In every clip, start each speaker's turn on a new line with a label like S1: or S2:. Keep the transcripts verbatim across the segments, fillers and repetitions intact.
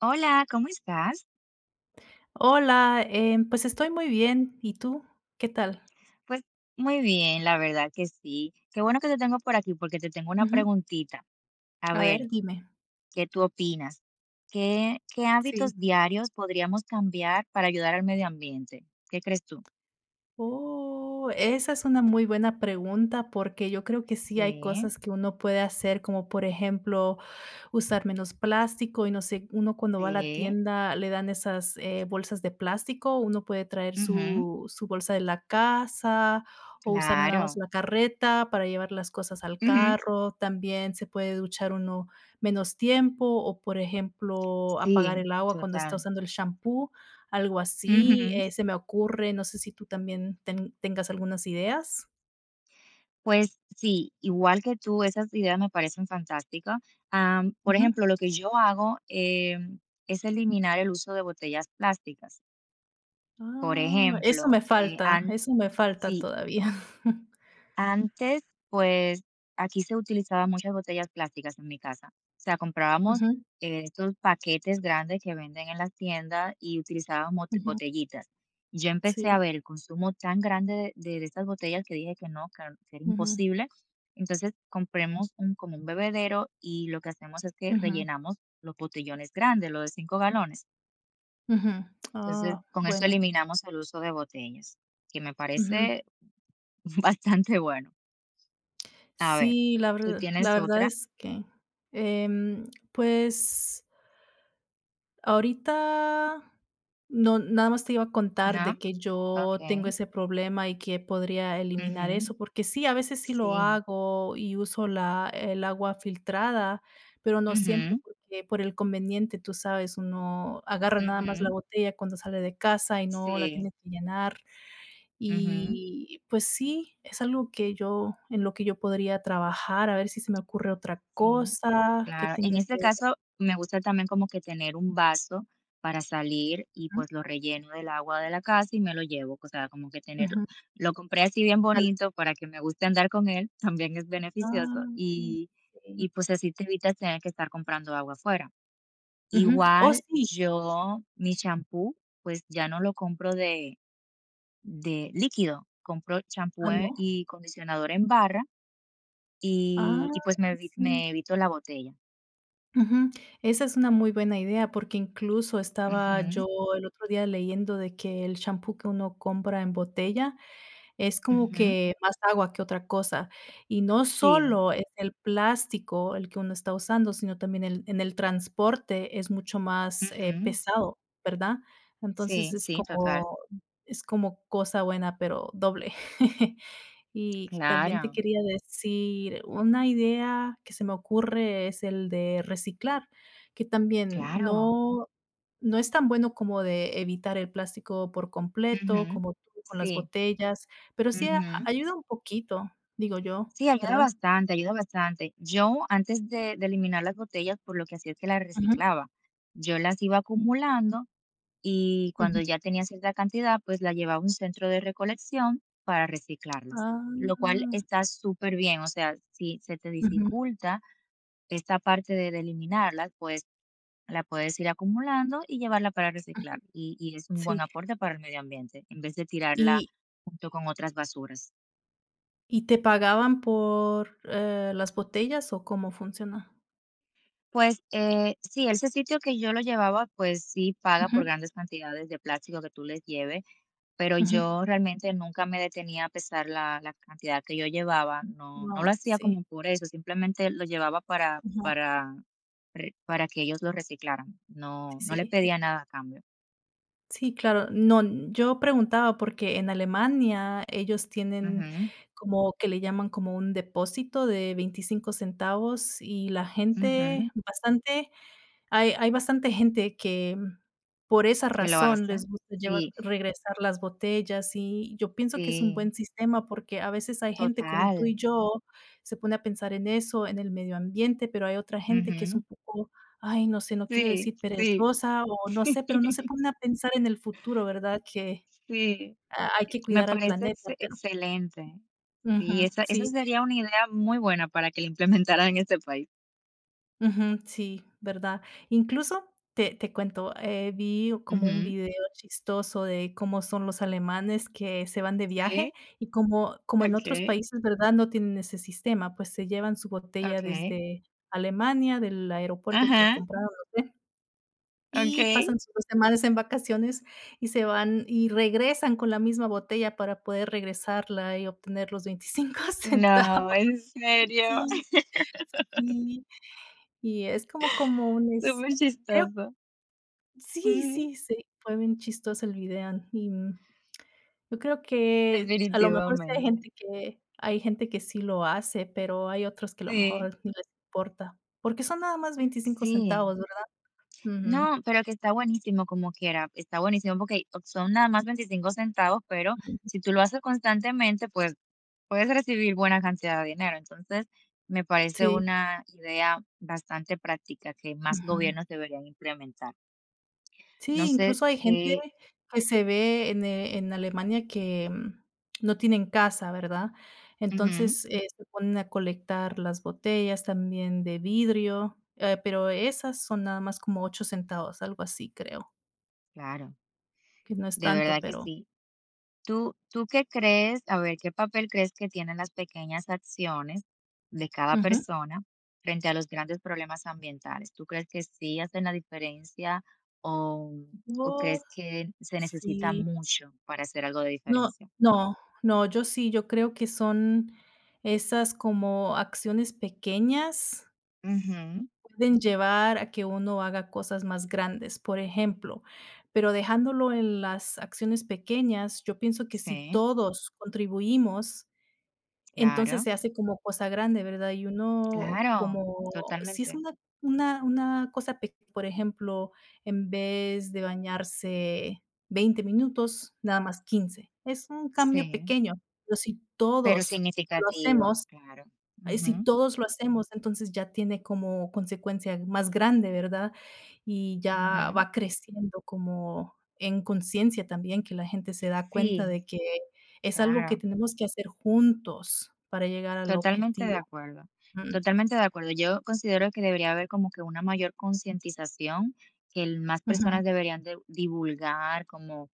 S1: Hola, ¿cómo estás?
S2: Hola, em, pues estoy muy bien, ¿y tú? ¿Qué tal?
S1: Pues muy bien, la verdad que sí. Qué bueno que te tengo por aquí porque te tengo una
S2: Ujú.
S1: preguntita. A
S2: A ver,
S1: ver,
S2: dime.
S1: ¿qué tú opinas? ¿Qué, qué
S2: Sí.
S1: hábitos diarios podríamos cambiar para ayudar al medio ambiente? ¿Qué crees tú?
S2: Oh, esa es una muy buena pregunta, porque yo creo que sí hay
S1: Sí,
S2: cosas que uno puede hacer, como por ejemplo usar menos plástico y no sé, uno cuando va a la
S1: sí,
S2: tienda le dan esas, eh, bolsas de plástico, uno puede traer
S1: ujú,
S2: su su bolsa de la casa o usar nada más
S1: claro,
S2: la carreta para llevar las cosas al
S1: ujú,
S2: carro. También se puede duchar uno menos tiempo o, por ejemplo, apagar
S1: sí,
S2: el agua cuando está
S1: total.
S2: usando el champú, algo así, eh, se me ocurre, no sé si tú también ten tengas algunas ideas.
S1: Pues sí, igual que tú, esas ideas me parecen fantásticas. Am, por
S2: Ujú.
S1: ejemplo, lo que yo hago em, es eliminar el uso de botellas plásticas. Por
S2: Ah, eso
S1: ejemplo,
S2: me
S1: eh,
S2: falta,
S1: an-
S2: eso me falta
S1: sí,
S2: todavía.
S1: antes, pues, aquí se utilizaban muchas botellas plásticas en mi casa. O sea, comprábamos,
S2: Ujú.
S1: eh, estos paquetes grandes que venden en las tiendas y utilizábamos bot-
S2: Ujú,
S1: botellitas. Yo empecé a
S2: sí,
S1: ver el consumo tan grande de de estas botellas que dije que no, que que era
S2: ujú,
S1: imposible. Entonces, compremos un como un bebedero y lo que hacemos es que
S2: ujú,
S1: rellenamos los botellones grandes, los de cinco galones.
S2: ujú.
S1: Entonces,
S2: Ah,
S1: con eso
S2: bueno,
S1: eliminamos el uso de botellas, que me
S2: ujú.
S1: parece bastante bueno. A ver,
S2: Sí, la
S1: tú
S2: ver la
S1: tienes
S2: verdad
S1: otra,
S2: es que, em, pues, ahorita no, nada más te iba a contar
S1: ¿no?
S2: de que yo tengo
S1: Okey.
S2: ese problema y que podría eliminar
S1: Ujú.
S2: eso, porque sí, a veces sí lo
S1: Sí.
S2: hago y uso la el agua filtrada, pero no siempre,
S1: Ujú,
S2: porque por el conveniente, tú sabes, uno agarra nada más la
S1: ujú.
S2: botella cuando sale de casa y no la
S1: Sí.
S2: tiene que llenar.
S1: Ujú.
S2: Y pues sí, es algo que yo en lo que yo podría trabajar, a ver si se me ocurre otra
S1: Sí.
S2: cosa que
S1: Claro. En
S2: tenga
S1: este
S2: que.
S1: caso, me gusta también como que tener un vaso para salir y,
S2: Ajá,
S1: pues, lo relleno del agua de la casa y me lo llevo, o sea, como que tenerlo
S2: ujú,
S1: lo compré así bien bonito para que me guste andar con él, también es beneficioso
S2: calzado, sí.
S1: y y, pues, así te evitas tener que estar comprando agua afuera.
S2: Ujú. Oh,
S1: Igual
S2: sí.
S1: yo mi champú, pues, ya no lo compro de de líquido, compro
S2: Ah,
S1: champú en
S2: ¿no?
S1: y condicionador en barra
S2: Ah,
S1: y y, pues, me evi
S2: sí.
S1: me evito la botella.
S2: Ujú. Esa es una muy buena idea, porque incluso estaba
S1: Ujú,
S2: yo el otro día leyendo de que el champú que uno compra en botella es como
S1: ujú.
S2: que más agua que otra cosa. Y no
S1: Sí,
S2: solo es el plástico el que uno está usando, sino también el en el transporte es mucho más, eh,
S1: ujú.
S2: pesado, ¿verdad?
S1: Sí,
S2: Entonces es
S1: sí, total.
S2: como es como cosa buena, pero doble. Y también te
S1: Claro,
S2: quería decir, una idea que se me ocurre es el de reciclar, que también
S1: claro.
S2: no no es tan bueno como de evitar el plástico por completo,
S1: Ujú.
S2: como tú con las
S1: Sí,
S2: botellas, pero sí a
S1: ujú.
S2: ayuda un poquito, digo yo,
S1: Sí, ayuda
S2: ¿verdad?
S1: bastante, ayuda bastante. Yo antes de de eliminar las botellas, por lo que hacía es que las
S2: Ujú,
S1: reciclaba. Yo las iba acumulando y
S2: ujú.
S1: cuando ya tenía cierta cantidad, pues la llevaba a un centro de recolección para reciclarlas, lo cual
S2: Ah,
S1: está súper bien, o sea, si se te
S2: ujú,
S1: dificulta esta parte de, de eliminarlas, pues la puedes ir acumulando y llevarla para
S2: ujú.
S1: reciclar y, y es un buen
S2: Sí,
S1: aporte para el medio ambiente en vez de tirarla
S2: ¿y
S1: junto con otras basuras.
S2: y te pagaban por, eh, las botellas o cómo funciona?
S1: Pues eh, sí, ese sitio que yo lo llevaba, pues sí paga por
S2: Ujú,
S1: grandes cantidades de plástico que tú les lleves. Pero
S2: ujú.
S1: yo realmente nunca me detenía a pesar la la cantidad que yo llevaba, no no lo
S2: Wao,
S1: hacía
S2: sí,
S1: como por eso, simplemente lo llevaba para
S2: ajá,
S1: para re para que ellos lo reciclaran, no no le
S2: sí, sí.
S1: pedía nada a cambio.
S2: Sí, claro. No, yo preguntaba porque en Alemania ellos tienen
S1: Ujú,
S2: como que le llaman como un depósito de veinticinco centavos y la
S1: ujú,
S2: gente bastante hay hay bastante gente que mm, por esa
S1: que lo
S2: razón
S1: hace.
S2: les gusta llevar
S1: Sí,
S2: regresar las botellas, y yo pienso que es un buen
S1: sí,
S2: sistema, porque a veces hay gente como tú y
S1: total.
S2: yo, se pone a pensar en eso, en el medio ambiente, pero hay otra gente que es
S1: Ujú.
S2: un poco, ay, no sé, no quiero
S1: Sí,
S2: decir
S1: sí.
S2: perezosa o no sé, pero no se pone a pensar en el futuro, ¿verdad? Que
S1: Sí,
S2: ha hay que
S1: me
S2: cuidar al
S1: parece ex
S2: planeta, pero
S1: excelente.
S2: ujú,
S1: Sí, esa esa
S2: sí.
S1: sería una idea muy buena para que la implementaran en este país.
S2: Ujú, sí, verdad. Incluso te te cuento, eh, vi como un
S1: Ujú,
S2: video chistoso de cómo son los alemanes que se van de viaje
S1: sí,
S2: y como como en otros
S1: okey.
S2: países, ¿verdad?, no tienen ese sistema, pues se llevan su botella
S1: Okay,
S2: desde Alemania, del aeropuerto que
S1: ajá,
S2: compraron, no sé, y
S1: okay,
S2: pasan sus dos semanas en vacaciones y se van y regresan con la misma botella para poder regresarla y obtener los veinticinco centavos.
S1: no, ¿en serio?
S2: Sí, sí, y es como como un es creo.
S1: Superchistoso.
S2: Sí,
S1: Ujú,
S2: sí, sí, fue bien chistoso el video, y, mm, yo creo que a lo mejor sí hay
S1: definitivamente.
S2: gente que hay gente que sí lo hace, pero hay otros que a lo
S1: Sí,
S2: mejor ni les importa, porque son nada más veinticinco
S1: sí.
S2: centavos, ¿verdad? Ujú,
S1: No, pero que está buenísimo como quiera, está buenísimo porque son nada más veinticinco centavos, pero
S2: ujú,
S1: si tú lo haces constantemente, pues, puedes recibir buena cantidad de dinero. Entonces, me parece
S2: sí,
S1: una idea bastante práctica que más
S2: ujú.
S1: gobiernos deberían implementar. No
S2: Sí,
S1: sé
S2: incluso hay
S1: qué.
S2: gente que se ve en, eh, en Alemania que, mm, no tienen casa, ¿verdad?
S1: Ujú,
S2: Entonces, eh, se ponen a colectar las botellas también de vidrio, eh, pero esas son nada más como ocho centavos, algo así, creo,
S1: claro,
S2: que no es
S1: de verdad
S2: tanto,
S1: que
S2: pero
S1: sí. ¿Tú tú qué crees? A ver, ¿qué papel crees que tienen las pequeñas acciones de cada
S2: ujú.
S1: persona frente a los grandes problemas ambientales? ¿Tú crees que sí hacen la diferencia o o
S2: Oh,
S1: crees que se necesita
S2: sí.
S1: mucho para hacer algo de
S2: No,
S1: diferencia?
S2: no, no, yo sí, yo creo que son esas como acciones pequeñas
S1: Ujú.
S2: pueden llevar a que uno haga cosas más grandes, por ejemplo, pero dejándolo en las acciones pequeñas, yo pienso que si
S1: Sí,
S2: todos contribuimos, entonces
S1: claro,
S2: se hace como cosa grande, ¿verdad? Y uno
S1: claro,
S2: como si es
S1: totalmente.
S2: una una una cosa pequeña, por ejemplo, en vez de bañarse veinte minutos, nada más quince, es un cambio
S1: Sí,
S2: pequeño, pero si
S1: pero
S2: todos lo
S1: significativo,
S2: hacemos
S1: claro.
S2: eh, si
S1: Ujú,
S2: todos lo hacemos, entonces ya tiene como consecuencia más grande, ¿verdad? Y ya
S1: ujú.
S2: va creciendo como en conciencia también, que la gente se da cuenta
S1: Sí,
S2: de que es algo que
S1: claro.
S2: tenemos que hacer juntos para llegar al
S1: Totalmente de
S2: objetivo.
S1: acuerdo,
S2: Mm,
S1: totalmente de acuerdo. Yo considero que debería haber como que una mayor concientización, que el más
S2: ujú.
S1: personas deberían de divulgar como,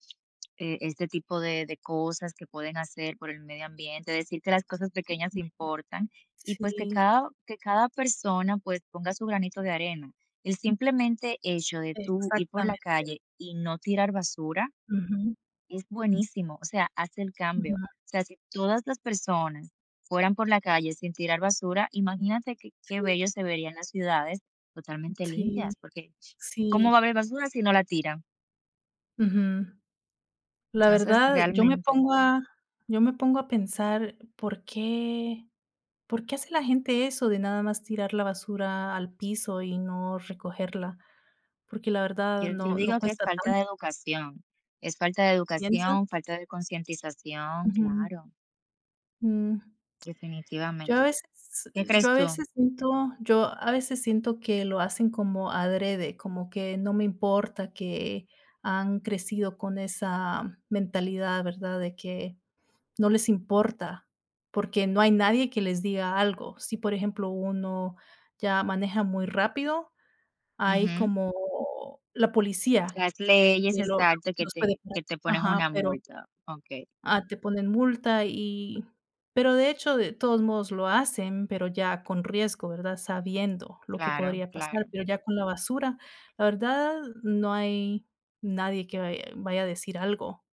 S1: eh, este tipo de de cosas que pueden hacer por el medio ambiente, decir que las cosas pequeñas importan y, pues, que
S2: Sí,
S1: cada que cada persona, pues, ponga su granito de arena. El simplemente hecho de tú ir por la
S2: exactamente.
S1: calle y no tirar basura
S2: Ujú,
S1: es buenísimo, o sea, hace el cambio.
S2: ujú.
S1: O sea, si todas las personas fueran por la calle sin tirar basura, imagínate qué qué
S2: Sí,
S1: bello se verían las ciudades totalmente limpias,
S2: sí,
S1: porque ¿cómo va
S2: sí.
S1: a haber basura si no la tiran?
S2: Ujú. La
S1: Entonces,
S2: verdad, yo me
S1: realmente,
S2: pongo a yo me pongo a pensar por qué ¿Por qué hace la gente eso de nada más tirar la basura al piso y no recogerla? Porque la verdad
S1: yo, yo
S2: no no
S1: digo que es
S2: cuesta
S1: falta de
S2: tanto,
S1: educación, es falta de
S2: ¿piensas?
S1: educación, falta de concientización,
S2: Ujú,
S1: claro,
S2: mm. Yo a
S1: definitivamente.
S2: veces
S1: ¿Qué
S2: yo
S1: crees
S2: a
S1: tú?
S2: veces siento yo a veces siento que lo hacen como adrede, como que no me importa que han crecido con esa mentalidad, ¿verdad? De que no les importa, porque no hay nadie que les diga algo. Si, por ejemplo, uno ya maneja muy rápido, hay
S1: Ujú.
S2: como la policía
S1: Las leyes,
S2: que lo lo
S1: exacto, que
S2: los puede
S1: te,
S2: parar.
S1: que te ponen
S2: Ajá,
S1: una
S2: pero
S1: multa. Ok,
S2: ah, te ponen multa y pero de hecho, de todos modos lo hacen, pero ya con riesgo, ¿verdad? Sabiendo lo que
S1: claro,
S2: podría pasar,
S1: claro.
S2: pero ya con la basura, la verdad, no hay nadie que vaya vaya a decir algo,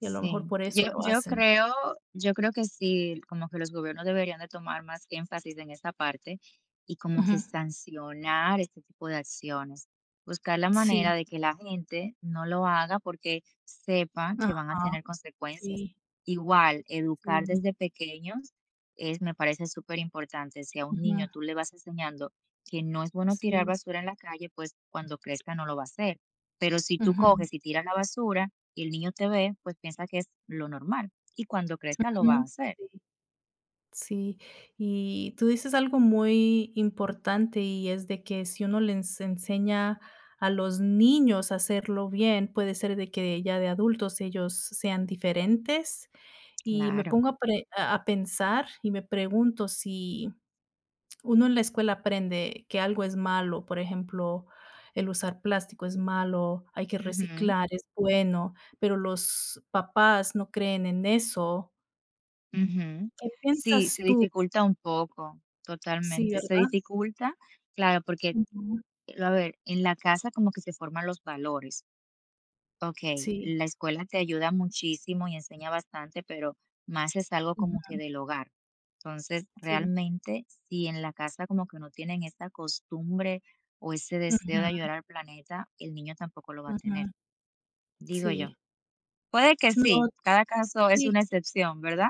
S2: y a lo mejor por eso
S1: yo
S2: lo
S1: yo
S2: hacen.
S1: creo yo creo que sí, como que los gobiernos deberían de tomar más énfasis en esa parte y como que
S2: Ujú.
S1: sancionar este tipo de acciones. Buscar la manera
S2: Sí.
S1: de que la gente no lo haga porque sepa que van a
S2: Ajá.
S1: tener consecuencias.
S2: Sí,
S1: Igual, educar
S2: sí.
S1: desde pequeños es me parece súper importante. Si a un
S2: Ujú.
S1: niño tú le vas enseñando que no es bueno tirar
S2: Sí.
S1: basura en la calle, pues cuando crezca no lo va a hacer. Pero si tú
S2: Ujú.
S1: coges y tiras la basura y el niño te ve, pues piensa que es lo normal y cuando crezca lo va a
S2: Ujú.
S1: hacer.
S2: Sí. Sí, y tú dices algo muy importante y es de que si uno les enseña a los niños a hacerlo bien, puede ser de que ya de adultos ellos sean diferentes. Y me
S1: Claro.
S2: pongo a, pre- a a pensar y me pregunto si uno en la escuela aprende que algo es malo, por ejemplo, el usar plástico es malo, hay que
S1: Ujú,
S2: reciclar, es bueno, pero los papás no creen en eso.
S1: ujú.
S2: ¿Qué
S1: Sí,
S2: piensas
S1: se
S2: tú?
S1: dificulta un poco,
S2: Sí,
S1: totalmente. Se
S2: ¿verdad?
S1: dificulta, claro, porque,
S2: Ujú.
S1: a ver, en la casa como que se forman los valores. Ok,
S2: Sí.
S1: la escuela te ayuda muchísimo y enseña bastante, pero más es algo como que
S2: Ujú,
S1: del hogar. Entonces,
S2: sí.
S1: realmente, si en la casa como que no tienen esta costumbre o ese deseo
S2: Ujú,
S1: de ayudar al planeta, el niño tampoco lo va a tener.
S2: ujú,
S1: Digo yo.
S2: sí.
S1: Puede que
S2: No,
S1: sí, cada caso es
S2: sí,
S1: una excepción, ¿verdad?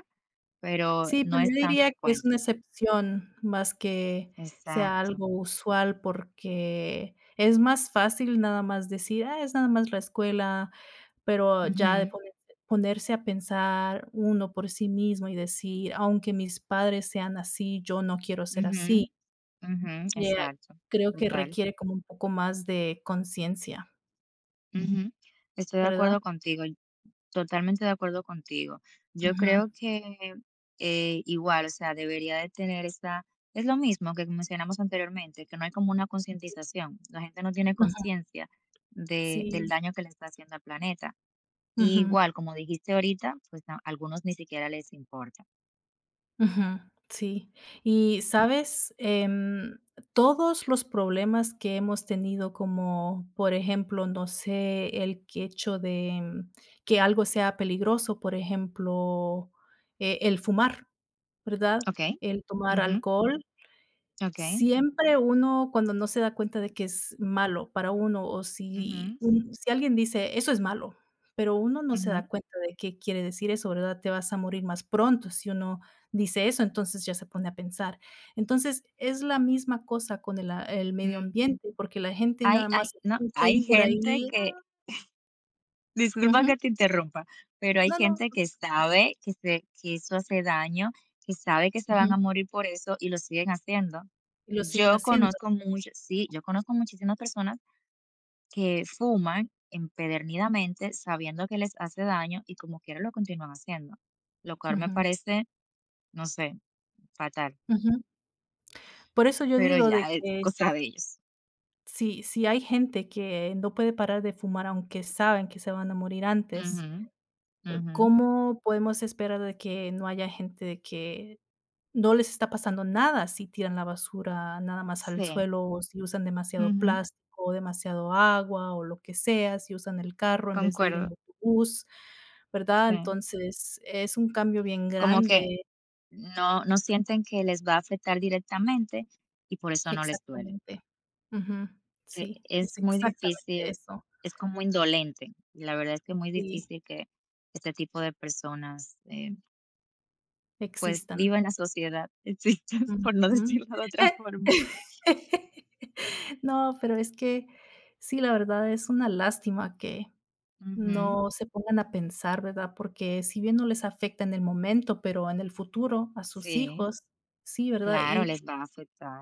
S1: Pero
S2: sí,
S1: no
S2: pero
S1: es
S2: yo
S1: tan
S2: diría que es una
S1: frecuente.
S2: excepción más que sea
S1: Exacto.
S2: algo usual, porque es más fácil nada más decir: "Ah, es nada más la escuela", pero ya de
S1: Ujú,
S2: ponerse ponerse a pensar uno por sí mismo y decir: "Aunque mis padres sean así, yo no quiero ser así".
S1: ujú, ujú,
S2: Ya
S1: exacto,
S2: creo que
S1: total.
S2: requiere como un poco más de conciencia,
S1: Ujú. Estoy de
S2: ¿verdad?
S1: acuerdo contigo, y totalmente de acuerdo contigo. Yo
S2: Ujú,
S1: creo que, eh, igual, o sea, debería de tener esa, es lo mismo que mencionamos anteriormente, que no hay como una concientización. La gente no tiene
S2: ujú,
S1: conciencia de del
S2: sí.
S1: daño que le está haciendo al planeta. Y
S2: Ujú,
S1: igual, como dijiste ahorita, pues a algunos ni siquiera les importa.
S2: ujú, sí. Y, ¿sabes? Em, todos los problemas que hemos tenido, como por ejemplo, no sé, el que hecho de mm, que algo sea peligroso, por ejemplo, eh, el fumar, ¿verdad?
S1: Okey.
S2: El tomar
S1: Ujú,
S2: alcohol,
S1: okey.
S2: siempre uno, cuando no se da cuenta de que es malo para uno, o
S1: Ujú,
S2: si un si alguien dice: "Eso es malo", pero uno no se
S1: ujú,
S2: da cuenta de qué quiere decir eso, ¿verdad? Te vas a morir más pronto si uno dice eso, entonces ya se pone a pensar. Entonces, es la misma cosa con el a el medio
S1: mm.
S2: ambiente, porque la gente
S1: Hay
S2: nada
S1: hay
S2: más
S1: no,
S2: escucha
S1: hay
S2: ahí por
S1: gente
S2: ahí
S1: que
S2: "Ah,
S1: disculpa
S2: ujú,
S1: que te interrumpa, pero hay
S2: no, no,
S1: gente que sabe que se que eso hace daño, que sabe que se van a
S2: ujú,
S1: morir por eso y lo siguen haciendo.
S2: y lo siguen
S1: Yo
S2: haciendo.
S1: conozco mucho Sí, yo conozco muchísimas personas que fuman empedernidamente sabiendo que les hace daño y como quiera lo continúan haciendo, lo cual me
S2: Ujú,
S1: parece, no sé. Fatal,
S2: ujú. Por eso yo
S1: pero
S2: digo de
S1: ya es
S2: que.
S1: cosa de ellos.
S2: Sí, si hay gente que no puede parar de fumar aunque saben que se van a morir antes,
S1: Ujú, ujú.
S2: ¿cómo podemos esperar de que no haya gente de que no les está pasando nada si tiran la basura nada más al
S1: Sí.
S2: suelo o si usan demasiado
S1: Ujú.
S2: plástico o demasiado agua o lo que sea, si usan el carro en vez de ir
S1: Concuerdo,
S2: en autobús, ¿verdad?
S1: sí.
S2: Entonces, es un cambio bien
S1: Como que
S2: grande.
S1: no no sienten que les va a afectar directamente y por eso no les duele,
S2: Exactamente. Ujú.
S1: que
S2: Sí, es
S1: es muy
S2: exactamente
S1: difícil,
S2: eso.
S1: es como indolente. Y la verdad es que es muy
S2: Sí,
S1: difícil que este tipo de personas, eh, pues,
S2: existan.
S1: viva en la sociedad, existan, por no
S2: Ujú.
S1: decirlo de otra
S2: Eh.
S1: forma.
S2: No, pero es que sí, la verdad es una lástima que
S1: Ujú.
S2: no se pongan a pensar, ¿verdad? Porque si bien no les afecta en el momento, pero en el futuro a sus
S1: Sí,
S2: hijos, sí, ¿verdad?
S1: claro,
S2: Y
S1: les va a afectar.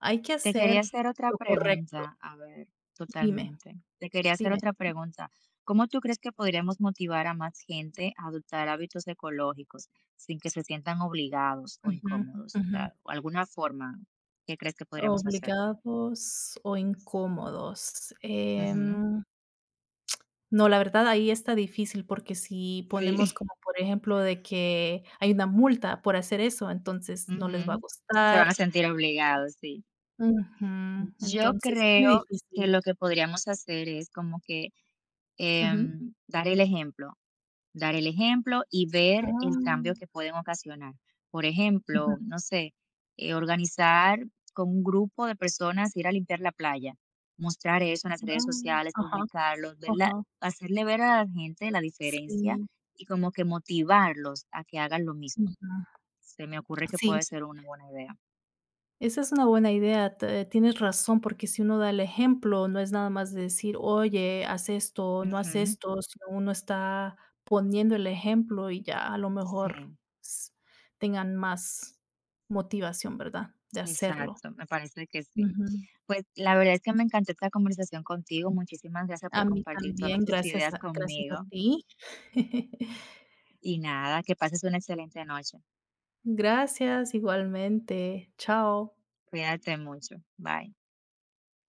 S2: hay que
S1: Te quería
S2: hacer
S1: hacer otra
S2: lo correcto.
S1: pregunta, a ver,
S2: Dime,
S1: totalmente. Te quería hacer
S2: dime.
S1: otra pregunta. ¿Cómo tú crees que podríamos motivar a más gente a adoptar hábitos ecológicos sin que se sientan obligados o
S2: Ujú,
S1: incómodos? O
S2: ujú.
S1: sea, alguna forma que crees que podríamos hacer.
S2: Obligados o incómodos.
S1: Ujú,
S2: em No, la verdad ahí está difícil, porque si ponemos
S1: sí,
S2: como, por ejemplo, de que hay una multa por hacer eso, entonces no les va a
S1: ujú. Se van
S2: gustar.
S1: a sentir obligados, sí.
S2: Ujú.
S1: Yo
S2: Entonces es muy
S1: creo que
S2: difícil.
S1: lo que podríamos hacer es como que
S2: Ujú.
S1: em, dar el ejemplo. Dar el ejemplo y ver
S2: Ah.
S1: el cambio que pueden ocasionar. Por
S2: Ujú.
S1: ejemplo, no sé, eh, organizar con un grupo de personas ir a limpiar la playa, mostrar eso en las redes
S2: No.
S1: sociales,
S2: Ajá,
S1: publicarlos, verla,
S2: ajá.
S1: hacerle ver a la gente la diferencia
S2: Sí.
S1: y como que motivarlos a que hagan lo mismo.
S2: Ujú.
S1: Se me ocurre que puede
S2: Sí.
S1: ser una buena idea.
S2: Esa es una buena idea, te- tienes razón, porque si uno da el ejemplo, no es nada más de decir, oye, haz esto, no haz
S1: Ujú,
S2: esto, sino uno está poniendo el ejemplo y ya a lo mejor
S1: sí,
S2: s- tengan más motivación, ¿verdad? De hacerlo.
S1: exacto, me parece que sí.
S2: Ujú.
S1: Pues la verdad es que me encantó esta conversación contigo. Muchísimas gracias por
S2: A mí
S1: compartir todas
S2: también,
S1: tus
S2: gracias
S1: ideas
S2: a- gracias a
S1: conmigo.
S2: ti.
S1: Y nada, que pases una excelente noche.
S2: Gracias, igualmente. Chao.
S1: Cuídate mucho. Bye.